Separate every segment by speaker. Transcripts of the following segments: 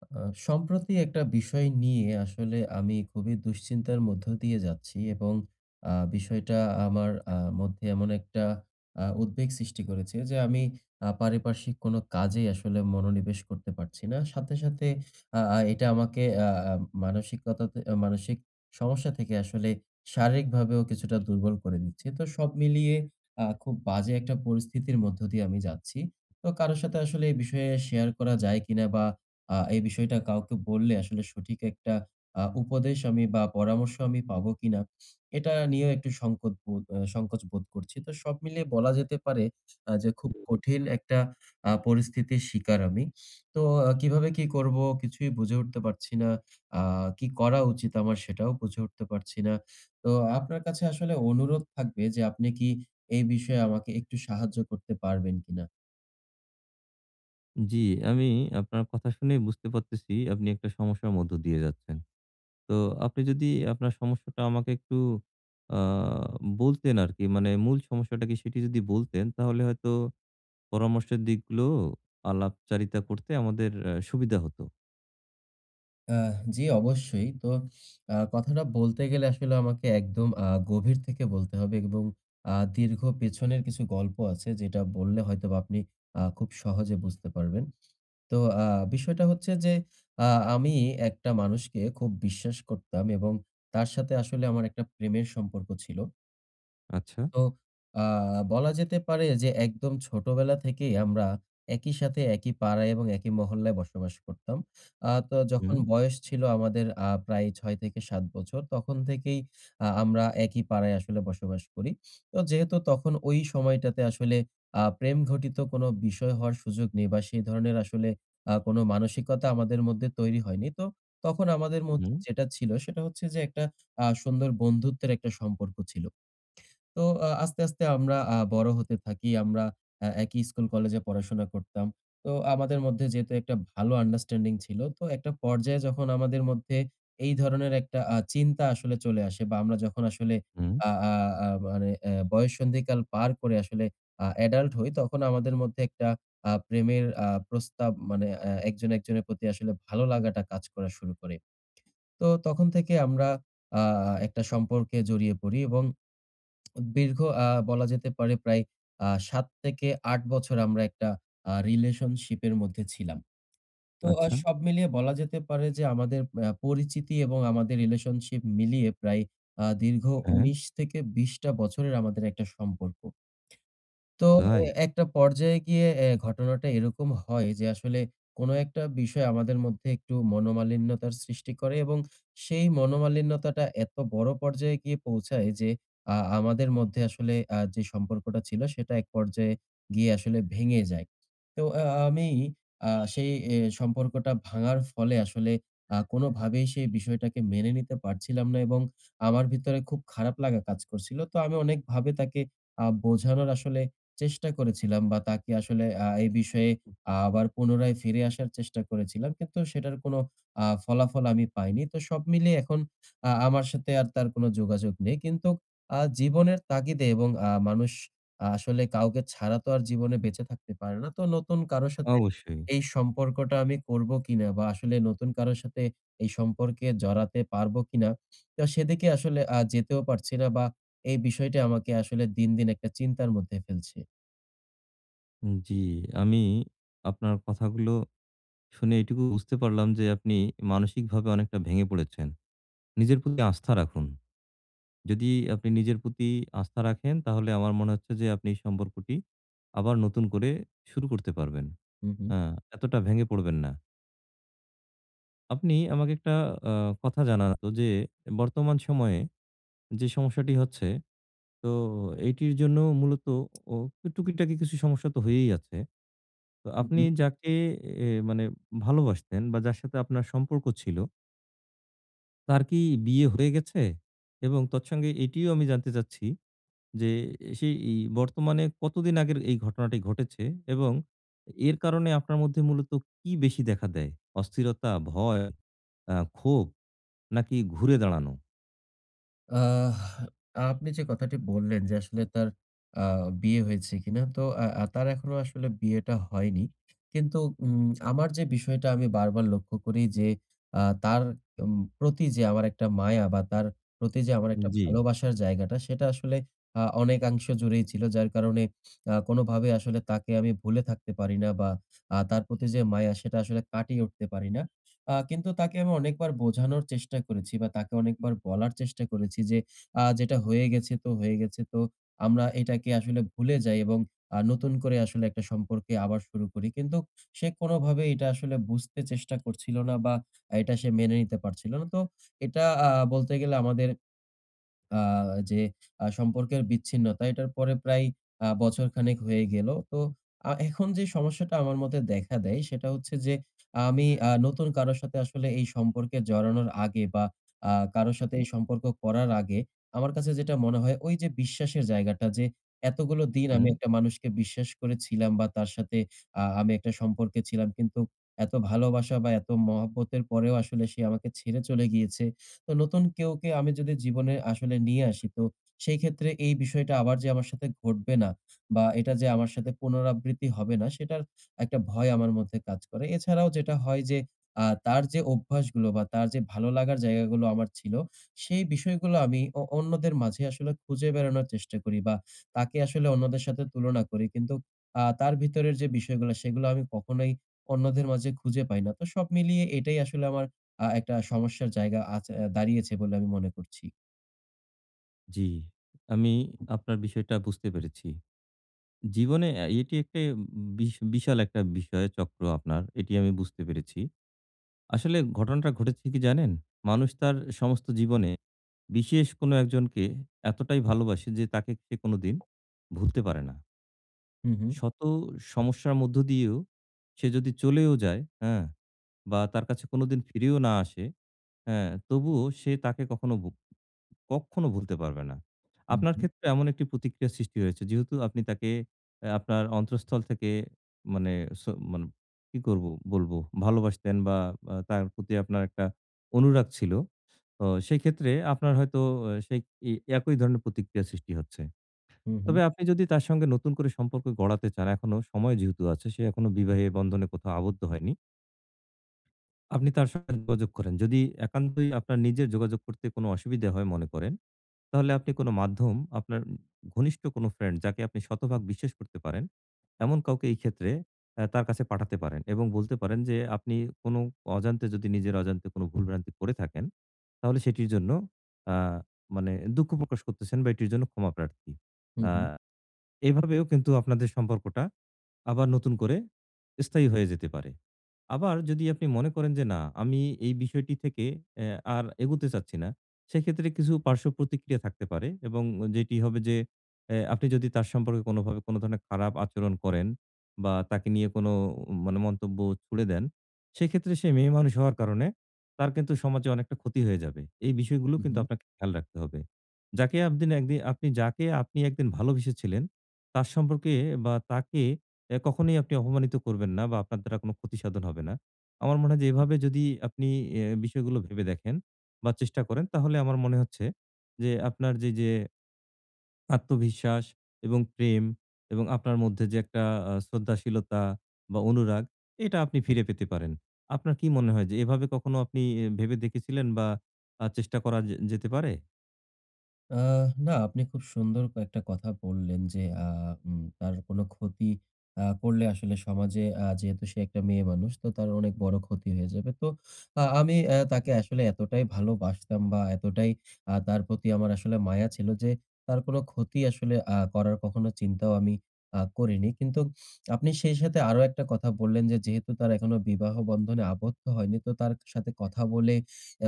Speaker 1: সম্প্রতি একটা বিষয় নিয়ে আসলে আমি খুবই দুশ্চিন্তার মধ্য দিয়ে যাচ্ছি এবং বিষয়টা আমার মধ্যে এমন একটা উদ্বেগ সৃষ্টি করেছে যে আমি পারিপার্শ্বিক কোনো কাজে আসলে মনোনিবেশ করতে পারছি না, সাথে সাথে আহ, আহ, এটা আমাকে মানসিক সমস্যা থেকে আসলে শারীরিকভাবেও কিছুটা দুর্বল করে দিচ্ছে। তো সব মিলিয়ে খুব বাজে একটা পরিস্থিতির মধ্য দিয়ে আমি যাচ্ছি। তো কারোর সাথে আসলে এই বিষয়ে শেয়ার করা যায় কিনা বা এই বিষয়টা কাউকে বললে আসলে সঠিক একটা উপদেশ আমি বা পরামর্শ আমি পাবো কিনা, এটা নিয়েও একটু সংকট বোধ আ সংকোচ বোধ করছি। তো সব মিলিয়ে বলা যেতে পারে যে খুব কঠিন একটা পরিস্থিতির শিকার আমি। তো কিভাবে কি করবো কিছুই বুঝে উঠতে পারছি না। আ কি করা উচিত আমার সেটাও বুঝে উঠতে পারছি না। তো আপনার কাছে আসলে অনুরোধ থাকবে যে আপনি কি এই বিষয়ে আমাকে একটু সাহায্য করতে পারবেন কিনা?
Speaker 2: জি, আমি আপনার কথা শুনেই বুঝতে পারতেছি আপনি একটা সমস্যার মধ্য দিয়ে যাচ্ছেন। তো আপনি যদি আপনার সমস্যাটা আমাকে একটু আ বলতেন আরকি মানে মূল সমস্যাটা কি সেটি যদি বলতেন তাহলে হয়তো পরামর্শের দিকগুলো আলাপচারিতা করতে আমাদের সুবিধা হতো।
Speaker 1: আহ, জি, অবশ্যই। তো কথাটা বলতে গেলে আসলে আমাকে একদম গভীর থেকে বলতে হবে, এবং দীর্ঘ পেছনের কিছু গল্প আছে যেটা বললে হয়তোবা আপনি খুব সহজে বুঝতে পারবেন। তো আ বিষয়টা হচ্ছে যে আ আমি একটা মানুষকে খুব বিশ্বাস করতাম এবং তার সাথে আসলে আমার একটা প্রেমের সম্পর্ক ছিল।
Speaker 2: আচ্ছা।
Speaker 1: তো আ বলা যেতে পারে যে একদম ছোটবেলা থেকেই আমরা একই সাথে একই পাড়ায় এবং একই মহল্লায় বসবাস করতাম। তো
Speaker 2: হুম,
Speaker 1: যখন বয়স ছিল আমাদের প্রায় ৬ থেকে ৭ বছর, তখন থেকেই আমরা একই পাড়ায় আসলে বসবাস করি। তো যেহেতু তখন ওই সময়টাতে আসলে প্রেম ঘটিত কোনো বিষয় হওয়ার সুযোগ নেই বা সেই ধরনের আসলে কোনো মানসিকতা আমাদের মধ্যে তৈরি হয়নি। তো তখন আমাদের মধ্যে
Speaker 2: হুম,
Speaker 1: যেটা ছিল সেটা হচ্ছে যে একটা সুন্দর বন্ধুত্বের একটা সম্পর্ক ছিল। তো আস্তে, আস্তে আমরা বড় হতে থাকি। আমরা একই স্কুল কলেজে পড়াশোনা করতাম। তো আমাদের মধ্যে যেহেতু একটা ভালো আন্ডারস্ট্যান্ডিং ছিল, তো একটা পর্যায়ে যখন আমাদের মধ্যে এই ধরনের একটা চিন্তা আসলে চলে আসে, বা আমরা যখন আসলে
Speaker 2: হুম।
Speaker 1: আ আ আ মানে বয়ঃসন্ধিকাল পার করে আসলে অ্যাডাল্ট হই, তখন আমাদের মধ্যে একটা প্রেমের প্রস্তাব মানে একজন একজনের প্রতি আসলে ভালো লাগাটা কাজ করা শুরু করে। তো তখন থেকে আমরা আ একটা সম্পর্কে জড়িয়ে পড়ি, এবং দীর্ঘ বলা যেতে পারে প্রায় ৭ থেকে ৮ বছর আমরা একটা রিলেশনশিপ এর মধ্যে ছিলাম। তো
Speaker 2: আচ্ছা।
Speaker 1: সব মিলিয়ে বলা যেতে পারে যে আমাদের পরিচিতি এবং আমাদের রিলেশনশিপ মিলিয়ে প্রায় দীর্ঘ
Speaker 2: হ্যাঁ,
Speaker 1: ১৯ থেকে ২০ টা বছরের আমাদের একটা সম্পর্ক। তো
Speaker 2: তাই?
Speaker 1: এ একটা পর্যায়ে গিয়ে এ ঘটনাটা এরকম হয় যে আসলে কোনো একটা বিষয় আমাদের মধ্যে একটু মনোমালিন্যতার সৃষ্টি করে, এবং সেই মনোমালিন্যতাটা এত বড় পর্যায়ে গিয়ে পৌঁছায় যে আমাদের মধ্যে আসলে যে সম্পর্কটা ছিল সেটা এক পর্যায়ে গিয়ে আসলে ভেঙে যায়। তো আমি সেই এ সম্পর্কটা ভাঙার ফলে আসলে কোনোভাবেই সেই বিষয়টাকে মেনে নিতে পারছিলাম না, এবং আমার ভিতরে খুব খারাপ লাগা কাজ করছিল। তো আমি অনেকভাবে তাকে বোঝানোর আসলে চেষ্টা করেছিলাম বা তাকে আসলে এই বিষয়ে আবার পুনরায় ফিরে আসার চেষ্টা করেছিলাম। কিন্তু সেটার কোনো ফলাফল আমি পাইনি। তো সব মিলিয়ে এখন আমার সাথে আর তার কোনো যোগাযোগ নেই। কিন্তু জীবনের তাগিদে, এবং মানুষ আসলে কাউকে ছাড়া তো আর জীবনে বেঁচে থাকতে পারে না। তো নতুন কারো সাথে
Speaker 2: অবশ্যই।
Speaker 1: এই সম্পর্কটা আমি করবো কিনা বা আসলে নতুন কারো সাথে এই সম্পর্কে জড়াতে পারবো কিনা? তো সেদিকে আসলে যেতেও পারছি না, বা এই বিষয়টি আমাকে আসলে দিন, দিন একটা চিন্তার মধ্যে ফেলছে।
Speaker 2: জি, আমি আপনার কথাগুলো শুনে এটুকু বুঝতে পারলাম যে আপনি মানসিকভাবে অনেকটা ভেঙে পড়েছেন। নিজের প্রতি আস্থা রাখুন। যদি আপনি নিজের প্রতি আস্থা রাখেন তাহলে আমার মনে হচ্ছে যে আপনি এই সম্পর্কটি আবার নতুন করে শুরু করতে পারবেন।
Speaker 1: হুম, হুম।
Speaker 2: হ্যাঁ, এতটা ভেঙে পড়বেন না। আপনি আমাকে একটা আ কথা জানান তো যে বর্তমান সময়ে যে সমস্যাটি হচ্ছে তো এটির জন্য মূলত ও টুকিটাকি কিছু সমস্যা তো হয়েই আছে। তো
Speaker 1: হুম,
Speaker 2: আপনি
Speaker 1: হুম।
Speaker 2: যাকে মানে ভালোবাসতেন বা যার সাথে আপনার সম্পর্ক ছিল তার কি বিয়ে হয়ে গেছে? এবং তৎসঙ্গে এটিও আমি জানতে চাচ্ছি যে সেই বর্তমানে কতদিন আগের এই ঘটনাটি ঘটেছে এবং এর কারণে আপনার মধ্যে মূলত কি বেশি দেখা দেয়? অস্থিরতা, ভয়, ক্ষোভ নাকি ঘুরে দাঁড়ানো?
Speaker 1: আহ, আপনি যে কথাটি বললেন যে আসলে তার আ বিয়ে হয়েছে কিনা? তো আ আ তার এখনো আসলে বিয়েটা হয়নি। কিন্তু আমার যে বিষয়টা আমি বারবার লক্ষ্য করি যে তার উম প্রতি যে আমার একটা মায়া বা তার প্রতি যে আমার একটা
Speaker 2: জি,
Speaker 1: ভালোবাসার জায়গাটা সেটা আসলে অনেকাংশ জুড়েই ছিল। যার কারণে কোনোভাবে আসলে তাকে আমি ভুলে থাকতে পারি না, বা তার প্রতি যে মায়া সেটা আসলে কাটিয়ে উঠতে পারি না। কিন্তু তাকে আমি অনেকবার বোঝানোর চেষ্টা করেছি বা তাকে অনেকবার বলার চেষ্টা করেছি যে, "যেটা হয়ে গেছে তো হয়ে গেছে। তো আমরা এটাকে আসলে ভুলে যাই এবং নতুন করে আসলে একটা সম্পর্কে আবার শুরু করি।" কিন্তু সে কোনোভাবে এটা আসলে বুঝতে চেষ্টা করছিল না, বা এটা সে মেনে নিতে পারছিল না। তো এটা বলতে গেলে আমাদের আ যে আ সম্পর্কের বিচ্ছিন্নতা এটার পরে প্রায় বছর খানেক হয়ে গেল। তো এখন যে সমস্যাটা আমার মধ্যে দেখা দেয় সেটা হচ্ছে যে আমি নতুন কারো সাথে আসলে এই সম্পর্কে জড়ানোর আগে, বা কারো সাথে এই সম্পর্ক করার আগে আমার কাছে যেটা মনে হয় ওই যে বিশ্বাসের জায়গাটা, যে এতগুলো দিন আমি
Speaker 2: হুম।
Speaker 1: একটা মানুষকে বিশ্বাস করেছিলাম বা তার সাথে আমি একটা সম্পর্কে ছিলাম। কিন্তু এত ভালোবাসা বা এত মহব্বতের পরেও আসলে সে আমাকে ছেড়ে চলে গিয়েছে। তো নতুন কেউকে আমি যদি জীবনে আসলে নিয়ে আসি, তো সেই ক্ষেত্রে এই বিষয়টা আবার যে আমার সাথে ঘটবে না বা এটা যে আমার সাথে পুনরাবৃত্তি হবে না সেটার একটা ভয় আমার মধ্যে কাজ করে। এছাড়াও যেটা হয় যে তার যে অভ্যাসগুলো বা তার যে ভালো লাগার জায়গাগুলো আমার ছিল, সেই বিষয়গুলো আমি অন্যদের মাঝে আসলে খুঁজে বেড়ানোর চেষ্টা করি বা তাকে আসলে অন্যদের সাথে তুলনা করি। কিন্তু তার ভিতরের যে বিষয়গুলো সেগুলো আমি কখনোই অন্যদের মাঝে খুঁজে পাই না। তো সব মিলিয়ে এটাই আসলে আমার একটা সমস্যার জায়গা দাঁড়িয়েছে বলে আমি মনে করছি।
Speaker 2: জি। আমি আপনার বিষয়টা বুঝতে পেরেছি। জীবনে এটি একটা বিশাল একটা বিষয় চক্র আপনার। এটি আমি বুঝতে পেরেছি। আসলে ঘটনাটা ঘটেছে কি জানেন? মানুষ তার সমস্ত জীবনে বিশেষ কোনো একজনকে এতটাই ভালোবাসে যে তাকে সে কোনোদিন ভুলতে পারে না।
Speaker 1: হু, হু।
Speaker 2: শত সমস্যার মধ্য দিয়েও সে যদি চলেও যায়, হ্যাঁ? বা তার কাছে কোনোদিন ফিরেও না আসে, হ্যাঁ? তবুও সে তাকে কখনো কক্ষনো ভুলতে পারবে না।
Speaker 1: হু,
Speaker 2: আপনার
Speaker 1: হু।
Speaker 2: ক্ষেত্রে এমন একটি প্রতিক্রিয়া সৃষ্টি হয়েছে। যেহেতু আপনি তাকে আপনার অন্তঃস্থল থেকে মানে স মানে কি করব বলবো? ভালোবাসতেন বা তার প্রতি আপনার একটা অনুরাগ ছিল। তো সেক্ষেত্রে আপনার হয়তো সেই এ একই ধরনের প্রতিক্রিয়া সৃষ্টি হচ্ছে।
Speaker 1: হু, হু।
Speaker 2: তবে আপনি যদি তার সঙ্গে নতুন করে সম্পর্ক গড়াতে চান, এখনো সময় যেহেতু আছে, সে এখনো বিবাহে বন্ধনে কোথাও আবদ্ধ হয়নি। আপনি তার সঙ্গে যোগাযোগ করেন। যদি একান্তই আপনার নিজের যোগাযোগ করতে কোনো অসুবিধা হয় মনে করেন, তাহলে আপনি কোনো মাধ্যম আপনার ঘনিষ্ঠ কোনো ফ্রেন্ড যাকে আপনি শতভাগ বিশ্বাস করতে পারেন, এমন কাউকে এই ক্ষেত্রে তার কাছে পাঠাতে পারেন এবং বলতে পারেন যে আপনি কোনো অজান্তে যদি নিজের অজান্তে কোনো ভুলভ্রান্তি করে থাকেন, তাহলে সেটির জন্য আ মানে দুঃখ প্রকাশ করতেছেন বা এটির জন্য ক্ষমা প্রার্থী।
Speaker 1: হু,
Speaker 2: আ
Speaker 1: হু।
Speaker 2: এভাবেও কিন্তু আপনাদের সম্পর্কটা, আবার নতুন করে স্থায়ী হয়ে যেতে পারে। আবার যদি আপনি মনে করেন যে না, আমি এই বিষয়টি থেকে আর এগোতে চাচ্ছি না, সেক্ষেত্রে কিছু পার্শ্ব প্রতিক্রিয়া থাকতে পারে এবং যেটি হবে যে আপনি যদি তার সম্পর্কে কোনোভাবে কোনো ধরনের খারাপ আচরণ করেন বা তাকে নিয়ে কোনো মানে মন্তব্য ছুড়ে দেন, সেক্ষেত্রে সে মেয়ে মানুষ হওয়ার কারণে তার কিন্তু সমাজে অনেকটা ক্ষতি হয়ে যাবে। এই বিষয়গুলো
Speaker 1: হু, হু।
Speaker 2: কিন্তু আপনাকে খেয়াল রাখতে হবে। যাকে আপনি একদিন ভালোবেসেছিলেন, তার সম্পর্কে বা তাকে কখনোই আপনি অপমানিত করবেন না বা আপনার দ্বারা কোনো ক্ষতি সাধন হবে না। আমার মনে হয় যে এভাবে যদি আপনি এ বিষয়গুলো ভেবে দেখেন বা চেষ্টা করেন তাহলে আমার মনে হচ্ছে যে আপনার যে আত্মবিশ্বাস এবং প্রেম এবং আপনার মধ্যে যে একটা শ্রদ্ধাশীলতা বা অনুরাগ এটা আপনি ফিরে পেতে পারেন। আপনার কি মনে হয় যে এভাবে কখনো আপনি এ ভেবে দেখেছিলেন বা চেষ্টা করা যে যেতে পারে?
Speaker 1: আ না, আপনি খুব সুন্দর একটা কথা বললেন যে, আ উম তার কোনো ক্ষতি করলে আসলে সমাজে, যেহেতু সে একটা মেয়ে মানুষ, তো তার অনেক বড় ক্ষতি হয়ে যাবে। তো আমি তাকে আসলে এতটাই ভালোবাসতাম বা এতটাই তার প্রতি আমার আসলে মায়া ছিল যে, তার কোনো ক্ষতি আসলে করার কখনো চিন্তাও আমি করিনি। কিন্তু আপনি সেই সাথে আরো একটা কথা বললেন যে, যেহেতু তার এখনো বিবাহ বন্ধনে আবদ্ধ হয়নি, তো তার সাথে কথা বলে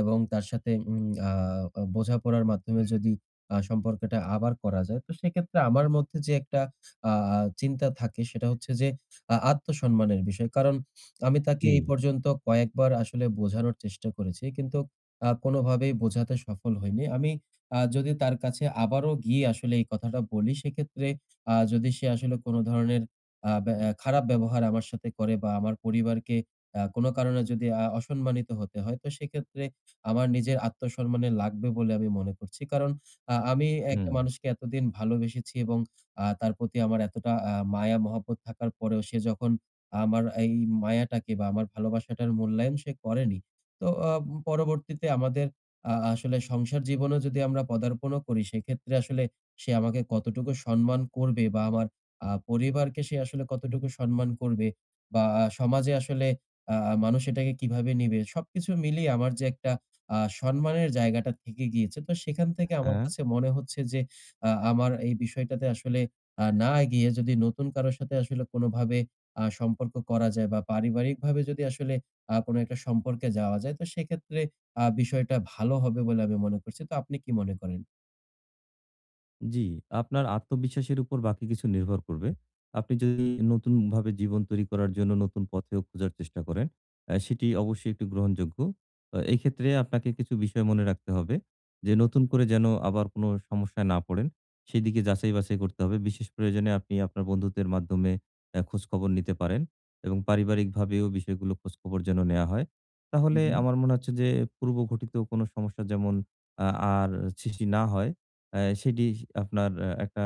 Speaker 1: এবং তার সাথে উম আ আ বোঝাপড়ার মাধ্যমে যদি সম্পর্কটা আবার করা যায়। তো সেক্ষেত্রে আমার মধ্যে যে একটা আ আ চিন্তা থাকে সেটা হচ্ছে যে আত্মসম্মানের বিষয়। কারণ আমি তাকে
Speaker 2: জি,
Speaker 1: এই পর্যন্ত কয়েকবার আসলে বোঝানোর চেষ্টা করেছি। কিন্তু কোনোভাবেই বোঝাতে সফল হইনি। আমি যদি তার কাছে আবারও গিয়ে আসলে এই কথাটা বলি, সেক্ষেত্রে যদি সে আসলে কোনো ধরনের আ ব্যা খারাপ ব্যবহার আমার সাথে করে বা আমার পরিবারকে কোনো কারণে যদি অসম্মানিত হতে হয়, তো সেক্ষেত্রে আমার নিজের আত্মসম্মানে লাগবে বলে আমি মনে করছি। কারণ আমি একটা
Speaker 2: হুম,
Speaker 1: মানুষকে এতদিন ভালোবেসেছি, এবং তার প্রতি আমার এতটা মায়া মহব্বত থাকার পরেও সে যখন আমার এই মায়াটাকে বা আমার ভালোবাসাটার মূল্যায়ন সে করেনি। তো পরবর্তীতে আমাদের আসলে সংসার জীবনেও যদি আমরা পদার্পণও করি সেক্ষেত্রে আসলে সে আমাকে কতটুকু সম্মান করবে বা আমার পরিবারকে সে আসলে কতটুকু সম্মান করবে, বা সমাজে আসলে আ মানুষ এটাকে কিভাবে নিবে? সবকিছু মিলিয়ে আমার যে একটা আ সম্মানের জায়গাটা থেকে গিয়েছে। তো সেখান থেকে আমার
Speaker 2: হ্যাঁ।
Speaker 1: কাছে মনে হচ্ছে যে আমার এই বিষয়টাতে আসলে না এগিয়ে যদি নতুন কারো সাথে আসলে কোনোভাবে সম্পর্ক করা যায় বা পারিবারিকভাবে যদি আসলে কোনো একটা সম্পর্কে যাওয়া যায়, তো সেক্ষেত্রে বিষয়টা ভালো হবে বলে আমি মনে করছি। তো আপনি কি মনে করেন?
Speaker 2: জি, আপনার আত্মবিশ্বাসের উপর বাকি কিছু নির্ভর করবে। আপনি যদি নতুনভাবে জীবন তৈরি করার জন্য নতুন পথেও খোঁজার চেষ্টা করেন, সেটি অবশ্যই একটু গ্রহণযোগ্য। এই ক্ষেত্রে আপনাকে কিছু বিষয় মনে রাখতে হবে যে, নতুন করে যেন আবার কোনো সমস্যায় না পড়েন, সেদিকে যাচাই-বাছাই করতে হবে। বিশেষ প্রয়োজনে আপনি আপনার বন্ধুদের মাধ্যমে খোঁজখবর নিতে পারেন এবং পারিবারিকভাবেও বিষয়গুলো খোঁজখবর যেন নেয়া হয়। তাহলে আমার মনে হচ্ছে যে, পূর্বঘটিত কোনো সমস্যা যেমন আ আর সৃষ্টি না হয় সেটি আপনার একটা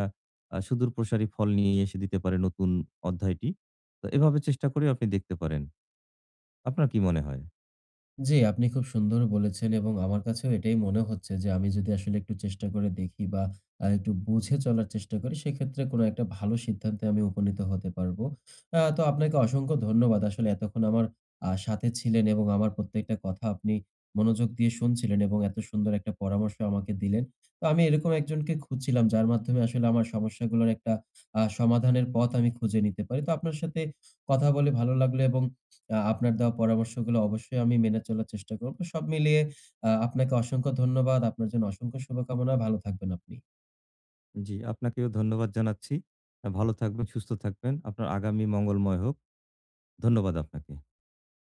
Speaker 2: সুদূর প্রসারী ফল নিয়ে এসে দিতে পারে নতুন অধ্যায়টি। তো এভাবে চেষ্টা করেও আপনি দেখতে পারেন। আপনার কি মনে হয়?
Speaker 1: জি, আপনি খুব সুন্দর বলেছেন, এবং আমার কাছেও এটাই মনে হচ্ছে যে আমি যদি আসলে একটু চেষ্টা করে দেখি বা একটু বুঝে চলার চেষ্টা করি, সেক্ষেত্রে কোনো একটা ভালো সিদ্ধান্তে আমি উপনীত হতে পারবো। তো আপনাকে অসংখ্য ধন্যবাদ। আসলে এতক্ষণ আমার সাথে ছিলেন এবং আমার প্রত্যেকটা কথা আপনি মনোযোগ দিয়ে শুনছিলেন, এবং এত সুন্দর একটা পরামর্শ আমাকে দিলেন। তো আমি এরকম একজনকে খুঁজছিলাম যার মাধ্যমে আসলে আমার সমস্যাগুলোর একটা সমাধানের পথ আমি খুঁজে নিতে পারি। তো আপনার সাথে কথা বলে ভালো লাগলো, এবং আপনার দেওয়া পরামর্শগুলো অবশ্যই আমি মেনে চলার চেষ্টা করব। সব মিলিয়ে আপনাকে অসংখ্য ধন্যবাদ। আপনার জন্য অসংখ্য শুভকামনা। ভালো থাকবেন আপনি।
Speaker 2: জি, আপনাকেও ধন্যবাদ জানাচ্ছি। ভালো থাকবেন, সুস্থ থাকবেন। আপনার আগামী মঙ্গলময় হোক। ধন্যবাদ আপনাকে।